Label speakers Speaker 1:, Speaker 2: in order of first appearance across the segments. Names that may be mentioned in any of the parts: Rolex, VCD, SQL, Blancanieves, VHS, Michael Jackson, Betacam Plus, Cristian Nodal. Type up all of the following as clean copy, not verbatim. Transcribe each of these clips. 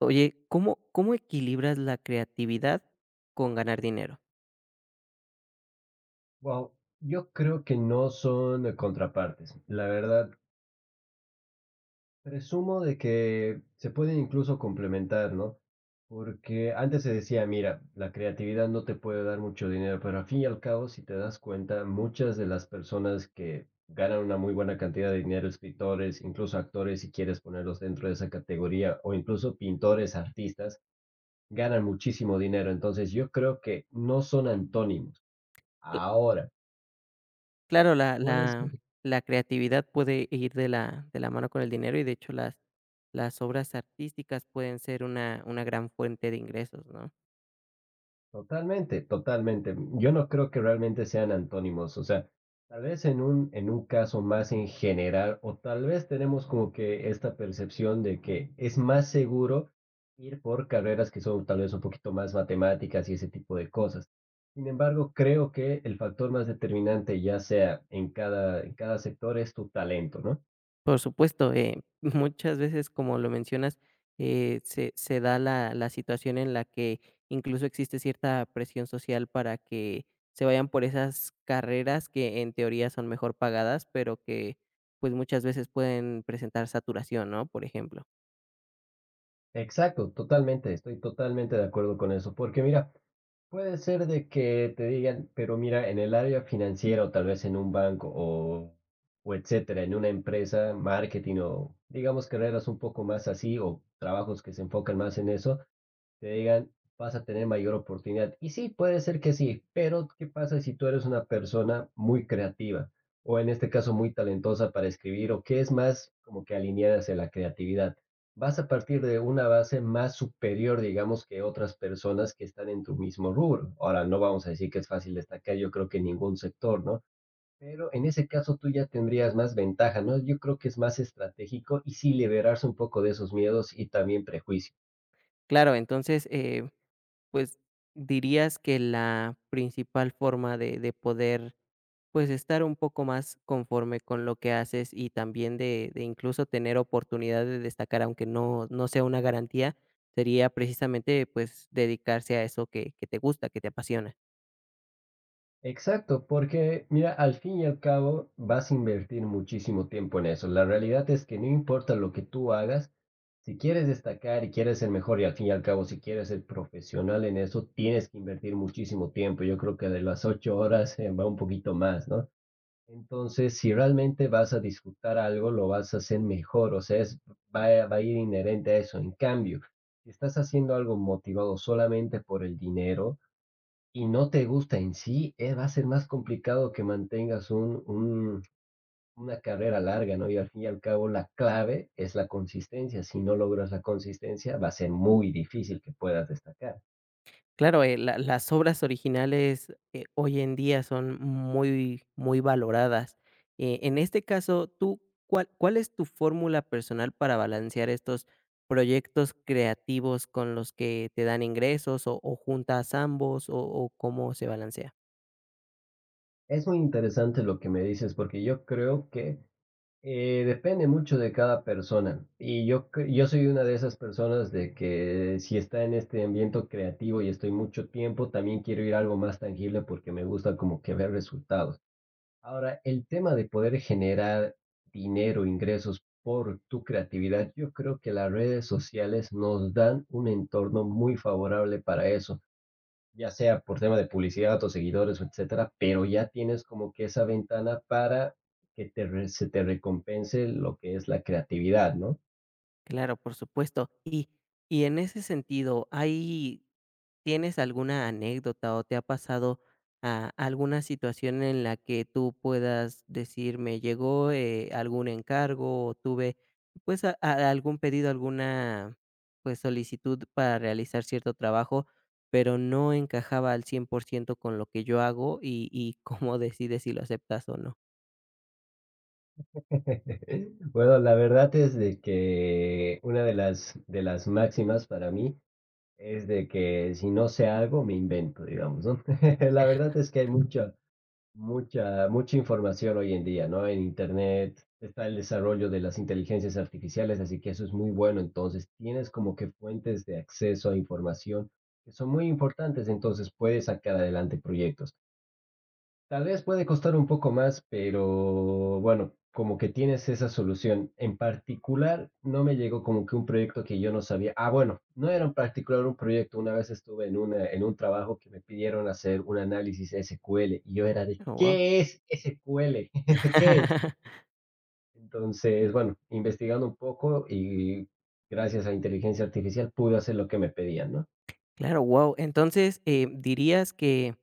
Speaker 1: Oye, ¿cómo equilibras la creatividad con ganar dinero?
Speaker 2: Wow, yo creo que no son contrapartes. La verdad, presumo de que se pueden incluso complementar, ¿no? Porque antes se decía, mira, la creatividad no te puede dar mucho dinero, pero al fin y al cabo, si te das cuenta, muchas de las personas que ganan una muy buena cantidad de dinero, escritores, incluso actores, si quieres ponerlos dentro de esa categoría, o incluso pintores, artistas, ganan muchísimo dinero. Entonces, yo creo que no son antónimos.
Speaker 1: Cl
Speaker 2: Ahora,
Speaker 1: Claro,
Speaker 2: puede ser.
Speaker 1: la creatividad puede ir de la mano con el dinero y, de hecho, las obras artísticas pueden ser una gran fuente de ingresos, ¿no?
Speaker 2: Totalmente, totalmente. Yo no creo que realmente sean antónimos, o sea, tal vez en un caso más en general, o tal vez tenemos como que esta percepción de que es más seguro ir por carreras que son tal vez un poquito más matemáticas y ese tipo de cosas. Sin embargo, creo que el factor más determinante, ya sea en cada sector, es tu talento, ¿no?
Speaker 1: Por supuesto, muchas veces, como lo mencionas, se da la situación en la que incluso existe cierta presión social para que se vayan por esas carreras que en teoría son mejor pagadas, pero que, pues, muchas veces pueden presentar saturación, ¿no?, por ejemplo.
Speaker 2: Exacto, totalmente, estoy totalmente de acuerdo con eso, porque mira, puede ser de que te digan, pero mira, en el área financiera o tal vez en un banco o etcétera, en una empresa, marketing o digamos carreras un poco más así o trabajos que se enfocan más en eso, te digan, vas a tener mayor oportunidad. Y sí, puede ser que sí, pero ¿qué pasa si tú eres una persona muy creativa o en este caso muy talentosa para escribir o que es más como que alineada hacia la creatividad? Vas a partir de una base más superior, digamos, que otras personas que están en tu mismo rubro. Ahora, no vamos a decir que es fácil destacar, yo creo que en ningún sector, ¿no? Pero en ese caso tú ya tendrías más ventaja, ¿no? Yo creo que es más estratégico y sí liberarse un poco de esos miedos y también prejuicios.
Speaker 1: Claro, entonces, pues, ¿dirías que la principal forma de poder, pues, estar un poco más conforme con lo que haces y también de incluso tener oportunidad de destacar, aunque no sea una garantía, sería precisamente, pues, dedicarse a eso que te gusta, que te apasiona?
Speaker 2: Exacto, porque mira, al fin y al cabo vas a invertir muchísimo tiempo en eso. La realidad es que no importa lo que tú hagas, si quieres destacar y quieres ser mejor y al fin y al cabo si quieres ser profesional en eso, tienes que invertir muchísimo tiempo. Yo creo que de las 8 horas va un poquito más, ¿no? Entonces, si realmente vas a disfrutar algo, lo vas a hacer mejor, o sea, va a ir inherente a eso. En cambio, si estás haciendo algo motivado solamente por el dinero, y no te gusta en sí, va a ser más complicado que mantengas un una carrera larga, ¿no? Y al fin y al cabo, la clave es la consistencia. Si no logras la consistencia, va a ser muy difícil que puedas destacar.
Speaker 1: Claro, la las obras originales, hoy en día son muy, muy valoradas. En este caso, tú, ¿cuál es tu fórmula personal para balancear estos proyectos creativos con los que te dan ingresos, o juntas ambos, o cómo se balancea?
Speaker 2: Es muy interesante lo que me dices, porque yo creo que, depende mucho de cada persona. Y yo soy una de esas personas de que si está en este ambiente creativo y estoy mucho tiempo, también quiero ir a algo más tangible porque me gusta como que ver resultados. Ahora, el tema de poder generar dinero, ingresos por tu creatividad, yo creo que las redes sociales nos dan un entorno muy favorable para eso, ya sea por tema de publicidad o seguidores, etcétera, pero ya tienes como que esa ventana para que se te recompense lo que es la creatividad, ¿no?
Speaker 1: Claro, por supuesto. Y en ese sentido, ¿hay tienes alguna anécdota o te ha pasado, ah, alguna situación en la que tú puedas decir: "Me llegó, algún encargo", o tuve, pues, a algún pedido, alguna, pues, solicitud para realizar cierto trabajo, pero no encajaba al 100% con lo que yo hago, y ¿cómo decides si lo aceptas o no?
Speaker 2: Bueno, la verdad es de que una de de las máximas para mí es de que si no sé algo, me invento, digamos, ¿no? La verdad es que hay mucha información hoy en día, ¿no? En Internet está el desarrollo de las inteligencias artificiales, así que eso es muy bueno. Entonces, tienes como que fuentes de acceso a información que son muy importantes, entonces puedes sacar adelante proyectos. Tal vez puede costar un poco más, pero bueno, como que tienes esa solución. En particular, no me llegó como que un proyecto que yo no sabía. Ah, bueno, no era en particular un proyecto. Una vez estuve en un trabajo que me pidieron hacer un análisis SQL y yo era de,
Speaker 1: Oh, guau.
Speaker 2: ¿qué es SQL? ¿Qué es? Entonces, bueno, investigando un poco y gracias a inteligencia artificial pude hacer lo que me pedían, ¿no?
Speaker 1: Claro, wow. Entonces, ¿dirías que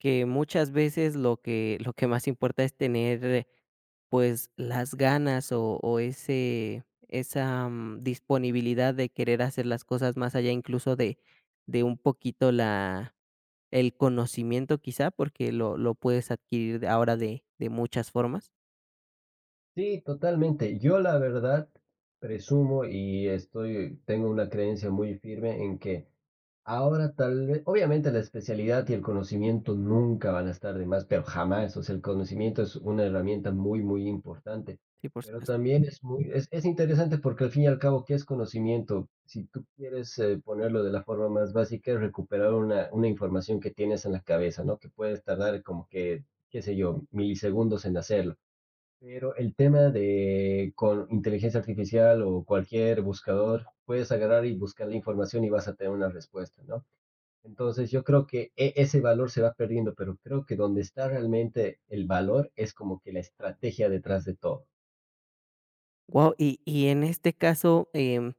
Speaker 1: Que muchas veces lo que más importa es tener, pues, las ganas o ese esa, disponibilidad de querer hacer las cosas más allá incluso de un poquito la el conocimiento quizá, porque lo puedes adquirir de ahora de muchas formas.
Speaker 2: Sí, totalmente. Yo la verdad presumo y tengo una creencia muy firme en que ahora tal vez, obviamente la especialidad y el conocimiento nunca van a estar de más, pero jamás. O sea, el conocimiento es una herramienta muy, muy importante.
Speaker 1: Sí, por
Speaker 2: Pero
Speaker 1: supuesto.
Speaker 2: también es interesante porque al fin y al cabo, ¿qué es conocimiento? Si tú quieres ponerlo de la forma más básica, es recuperar una información que tienes en la cabeza, ¿no? Que puedes tardar como que, qué sé yo, milisegundos en hacerlo. Pero el tema de con inteligencia artificial o cualquier buscador, puedes agarrar y buscar la información y vas a tener una respuesta, ¿no? Entonces yo creo que ese valor se va perdiendo, pero creo que donde está realmente el valor es como que la estrategia detrás de todo.
Speaker 1: Wow, y en este caso,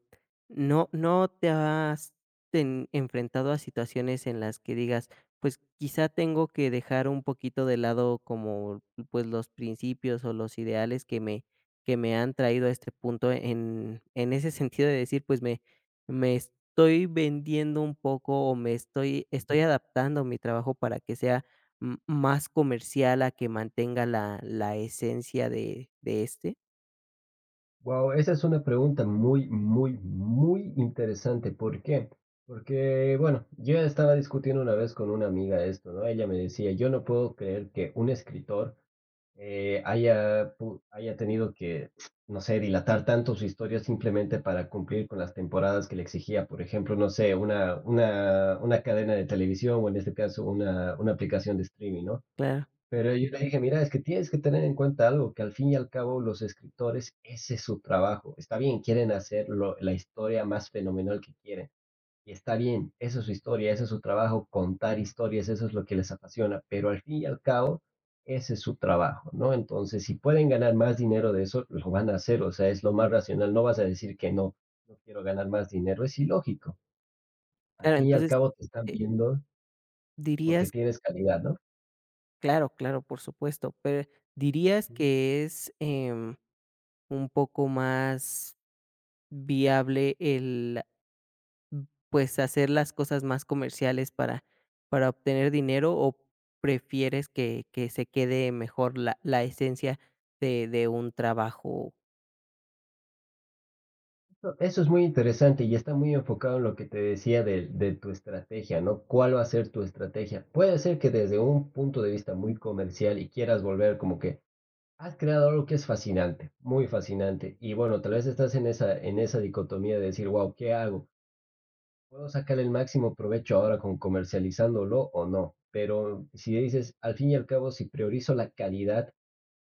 Speaker 1: ¿no te has ten enfrentado a situaciones en las que digas: "Pues, quizá tengo que dejar un poquito de lado como, pues, los principios o los ideales que me han traído a este punto", en ese sentido de decir: "Pues, me estoy vendiendo un poco o me estoy
Speaker 2: Ujú.
Speaker 1: estoy adaptando mi trabajo para que sea m más comercial, a que mantenga la esencia de este"?
Speaker 2: Wow, esa es una pregunta muy, muy, muy interesante. ¿Por qué? Porque, bueno, yo estaba discutiendo una vez con una amiga esto, ¿no? Ella me decía, yo no puedo creer que un escritor haya tenido que, no sé, dilatar tanto su historia simplemente para cumplir con las temporadas que le exigía, por ejemplo, no sé, una cadena de televisión o en este caso una aplicación de streaming, ¿no?
Speaker 1: Claro.
Speaker 2: Pero yo le dije, mira, es que tienes que tener en cuenta algo, que al fin y al cabo los escritores, ese es su trabajo. Está bien, quieren hacer la historia más fenomenal que quieren, y está bien, eso es su historia, eso es su trabajo, contar historias, eso es lo que les apasiona, pero al fin y al cabo, ese es su trabajo, ¿no? Entonces, si pueden ganar más dinero de eso, lo van a hacer, o sea, es lo más racional, no vas a decir que no, no quiero ganar más dinero, es ilógico. Al
Speaker 1: Claro,
Speaker 2: fin y al
Speaker 1: entonces,
Speaker 2: cabo te están
Speaker 1: eh,
Speaker 2: viendo porque
Speaker 1: dirías
Speaker 2: tienes calidad, ¿no?
Speaker 1: claro, claro, por supuesto, pero, ¿dirías
Speaker 2: Ujú.
Speaker 1: que es, un poco más viable el, pues, hacer las cosas más comerciales para obtener dinero, o prefieres que se quede mejor la esencia de un trabajo?
Speaker 2: Eso es muy interesante y está muy enfocado en lo que te decía de tu estrategia, ¿no? ¿Cuál va a ser tu estrategia? Puede ser que desde un punto de vista muy comercial y quieras volver como que has creado algo que es fascinante, muy fascinante. Y bueno, tal vez estás en esa dicotomía de decir, wow, ¿qué hago? ¿Puedo sacar el máximo provecho ahora con comercializándolo o no? Pero si dices, al fin y al cabo, si priorizo la calidad,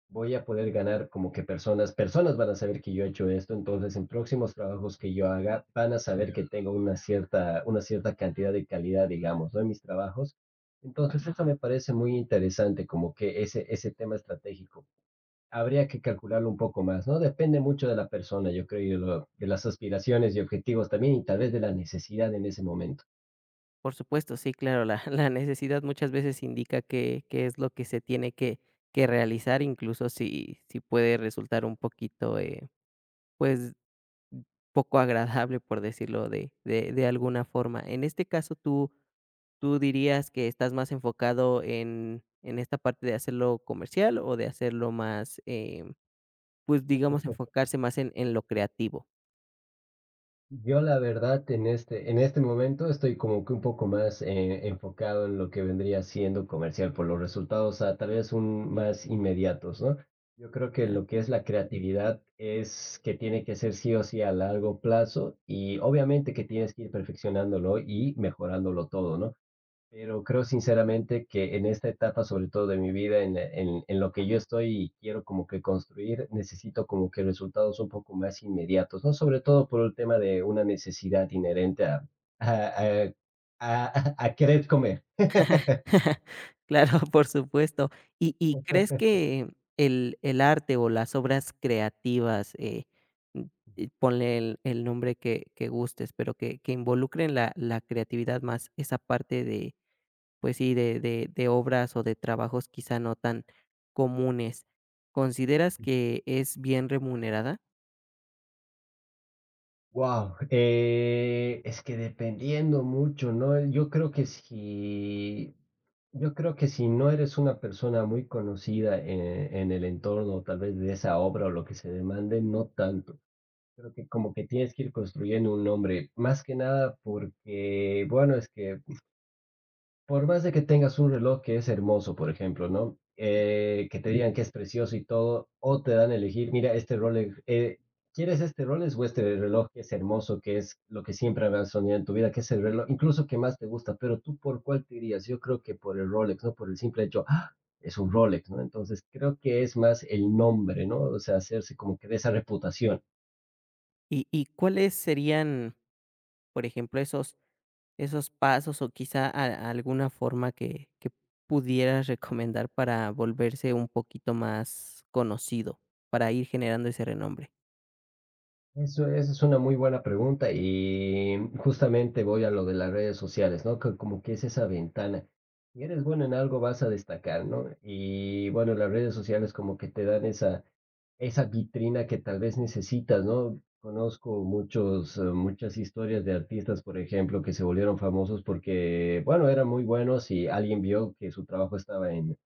Speaker 2: voy a poder ganar como que personas van a saber que yo he hecho esto, entonces en próximos trabajos que yo haga, van a saber que tengo una cierta cantidad de calidad, digamos, ¿no? En mis trabajos. Entonces, eso me parece muy interesante, como que ese tema estratégico habría que calcularlo un poco más, ¿no? Depende mucho de la persona, yo creo, de las aspiraciones y objetivos también, y tal vez de la necesidad en ese momento.
Speaker 1: Por supuesto, sí, claro, la la necesidad muchas veces indica que es lo que se tiene que realizar, incluso si puede resultar un poquito, pues, poco agradable, por decirlo de alguna forma. En este caso, ¿tú dirías que estás más enfocado en esta parte de hacerlo comercial o de hacerlo más, pues, digamos,
Speaker 2: Ujú.
Speaker 1: enfocarse más en lo creativo?
Speaker 2: Yo la verdad en este momento estoy como que un poco más enfocado en lo que vendría siendo comercial por los resultados a tal vez más inmediatos, ¿no? Yo creo que
Speaker 1: Claro.
Speaker 2: lo que es la creatividad es que tiene que ser sí o sí a largo plazo y obviamente que tienes que ir perfeccionándolo y mejorándolo todo, ¿no? Pero creo sinceramente que en esta etapa, sobre todo de mi vida, en lo que yo estoy y quiero como que construir, necesito como que resultados un poco más inmediatos, ¿no? Sobre todo por el tema de una necesidad inherente a, a querer comer.
Speaker 1: Claro, por supuesto. Y crees que el arte o las obras creativas, mm, ponle el nombre que gustes, pero que involucren la creatividad más esa parte de pues sí, de de obras o de trabajos quizá no tan comunes. ¿Consideras que es bien remunerada?
Speaker 2: Wow, es que dependiendo mucho, ¿no? Yo creo que si no eres una persona muy conocida en el entorno, tal vez de esa obra o lo que se demande, no tanto. Creo que como que tienes que ir construyendo un nombre, más que nada porque, bueno, es que por más de que tengas un reloj que es hermoso, por ejemplo, ¿no? Que te digan que es precioso y todo, o te dan a elegir, mira, este Rolex, ¿quieres este Rolex o este reloj que es hermoso, que es lo que siempre habrás soñado en tu vida, que es el reloj, incluso que más te gusta, pero tú por cuál te dirías? Yo creo que por el Rolex, ¿no? Por el simple hecho, ¡ah! Es un Rolex, ¿no? Entonces creo que es más el nombre, ¿no? O sea, hacerse como que de esa reputación.
Speaker 1: Y cuáles serían, por ejemplo, esos esos pasos o quizá a alguna forma que pudieras recomendar para volverse un poquito más conocido, para ir generando ese renombre?
Speaker 2: Esa es una muy buena pregunta y justamente voy a lo de las redes sociales, ¿no? Como que es esa ventana. Si eres bueno en algo, vas a destacar, ¿no? Y bueno, las redes sociales como que te dan esa vitrina que tal vez necesitas, ¿no? Conozco muchas historias de artistas, por ejemplo, que se volvieron famosos porque, bueno, eran muy buenos y alguien vio que su trabajo estaba en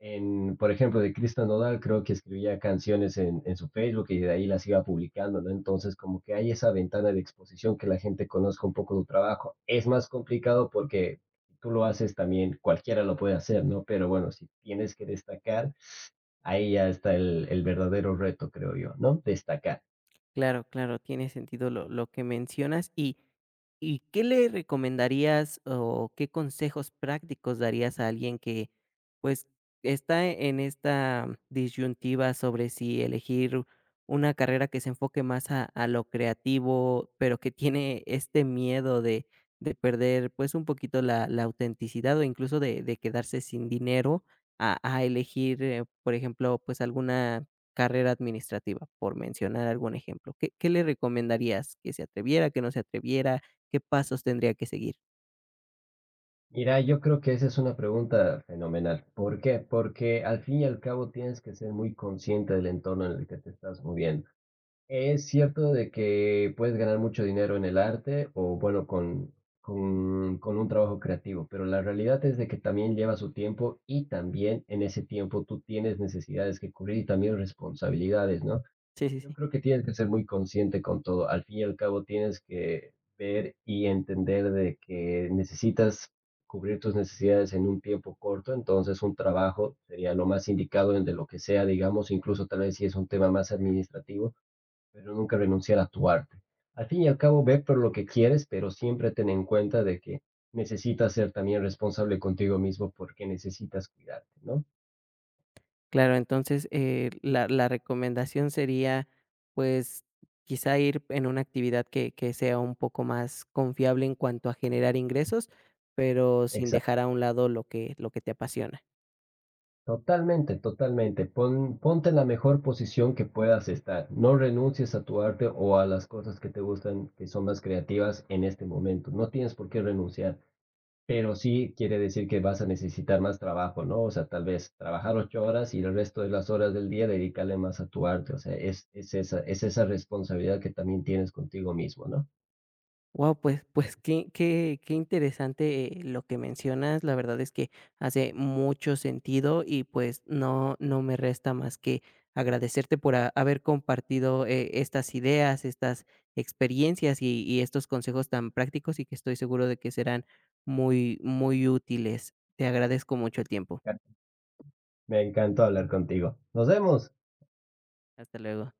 Speaker 2: en, por ejemplo, de Cristian Nodal, creo que escribía canciones su Facebook y de ahí las iba publicando, ¿no? Entonces, como que hay esa ventana de exposición que la gente conozca un poco tu trabajo. Es más complicado porque tú lo haces también, cualquiera lo puede hacer, ¿no? Pero bueno, si tienes que destacar, ahí ya está el verdadero reto, creo yo, ¿no? Destacar.
Speaker 1: Claro, claro, tiene sentido lo que mencionas. ¿Y, y qué le recomendarías o qué consejos prácticos darías a alguien que pues está en esta disyuntiva sobre si elegir una carrera que se enfoque más a lo creativo, pero que tiene este miedo de perder pues un poquito la, la autenticidad o incluso de quedarse sin dinero a elegir, por ejemplo, pues alguna carrera administrativa, por mencionar algún ejemplo, ¿qué qué le recomendarías? ¿Que se atreviera, que no se atreviera? ¿Qué pasos tendría que seguir?
Speaker 2: Mira, yo creo que esa es una pregunta fenomenal. ¿Por qué? Porque al fin y al cabo tienes que ser muy consciente del entorno en el que te estás moviendo. Es cierto de que puedes ganar mucho dinero en el arte o bueno, con un trabajo creativo, pero la realidad es de que también lleva su tiempo y también en ese tiempo tú tienes necesidades que cubrir y también responsabilidades, ¿no?
Speaker 1: Sí, sí,
Speaker 2: Yo
Speaker 1: sí.
Speaker 2: creo que tienes que ser muy consciente con todo. Al fin y al cabo tienes que ver y entender de que necesitas cubrir tus necesidades en un tiempo corto, entonces un trabajo sería lo más indicado en de lo que sea, digamos, incluso tal vez si es un tema más administrativo pero nunca renunciar a tu arte. Al fin y al cabo, ve por lo que quieres, pero siempre ten en cuenta de que necesitas ser también responsable contigo mismo porque necesitas cuidarte, ¿no?
Speaker 1: Claro, entonces, la recomendación sería, pues, quizá ir en una actividad que sea un poco más confiable en cuanto a generar ingresos, pero sin
Speaker 2: Exacto.
Speaker 1: dejar a un lado lo que te apasiona.
Speaker 2: Totalmente, totalmente. Ponte en la mejor posición que puedas estar. No renuncies a tu arte o a las cosas que te gustan, que son más creativas en este momento. No tienes por qué renunciar. Pero sí quiere decir que vas a necesitar más trabajo, ¿no? O sea, tal vez trabajar 8 horas y el resto de las horas del día dedicarle más a tu arte. O sea, es esa responsabilidad que también tienes contigo mismo, ¿no?
Speaker 1: Wow, pues pues qué qué qué interesante, lo que mencionas. La verdad es que hace mucho sentido y, pues, no me resta más que agradecerte por ha haber compartido, estas ideas, estas experiencias y estos consejos tan prácticos y que estoy seguro de que serán muy muy útiles. Te agradezco mucho el tiempo.
Speaker 2: Me encantó hablar contigo. Nos vemos.
Speaker 1: Hasta luego.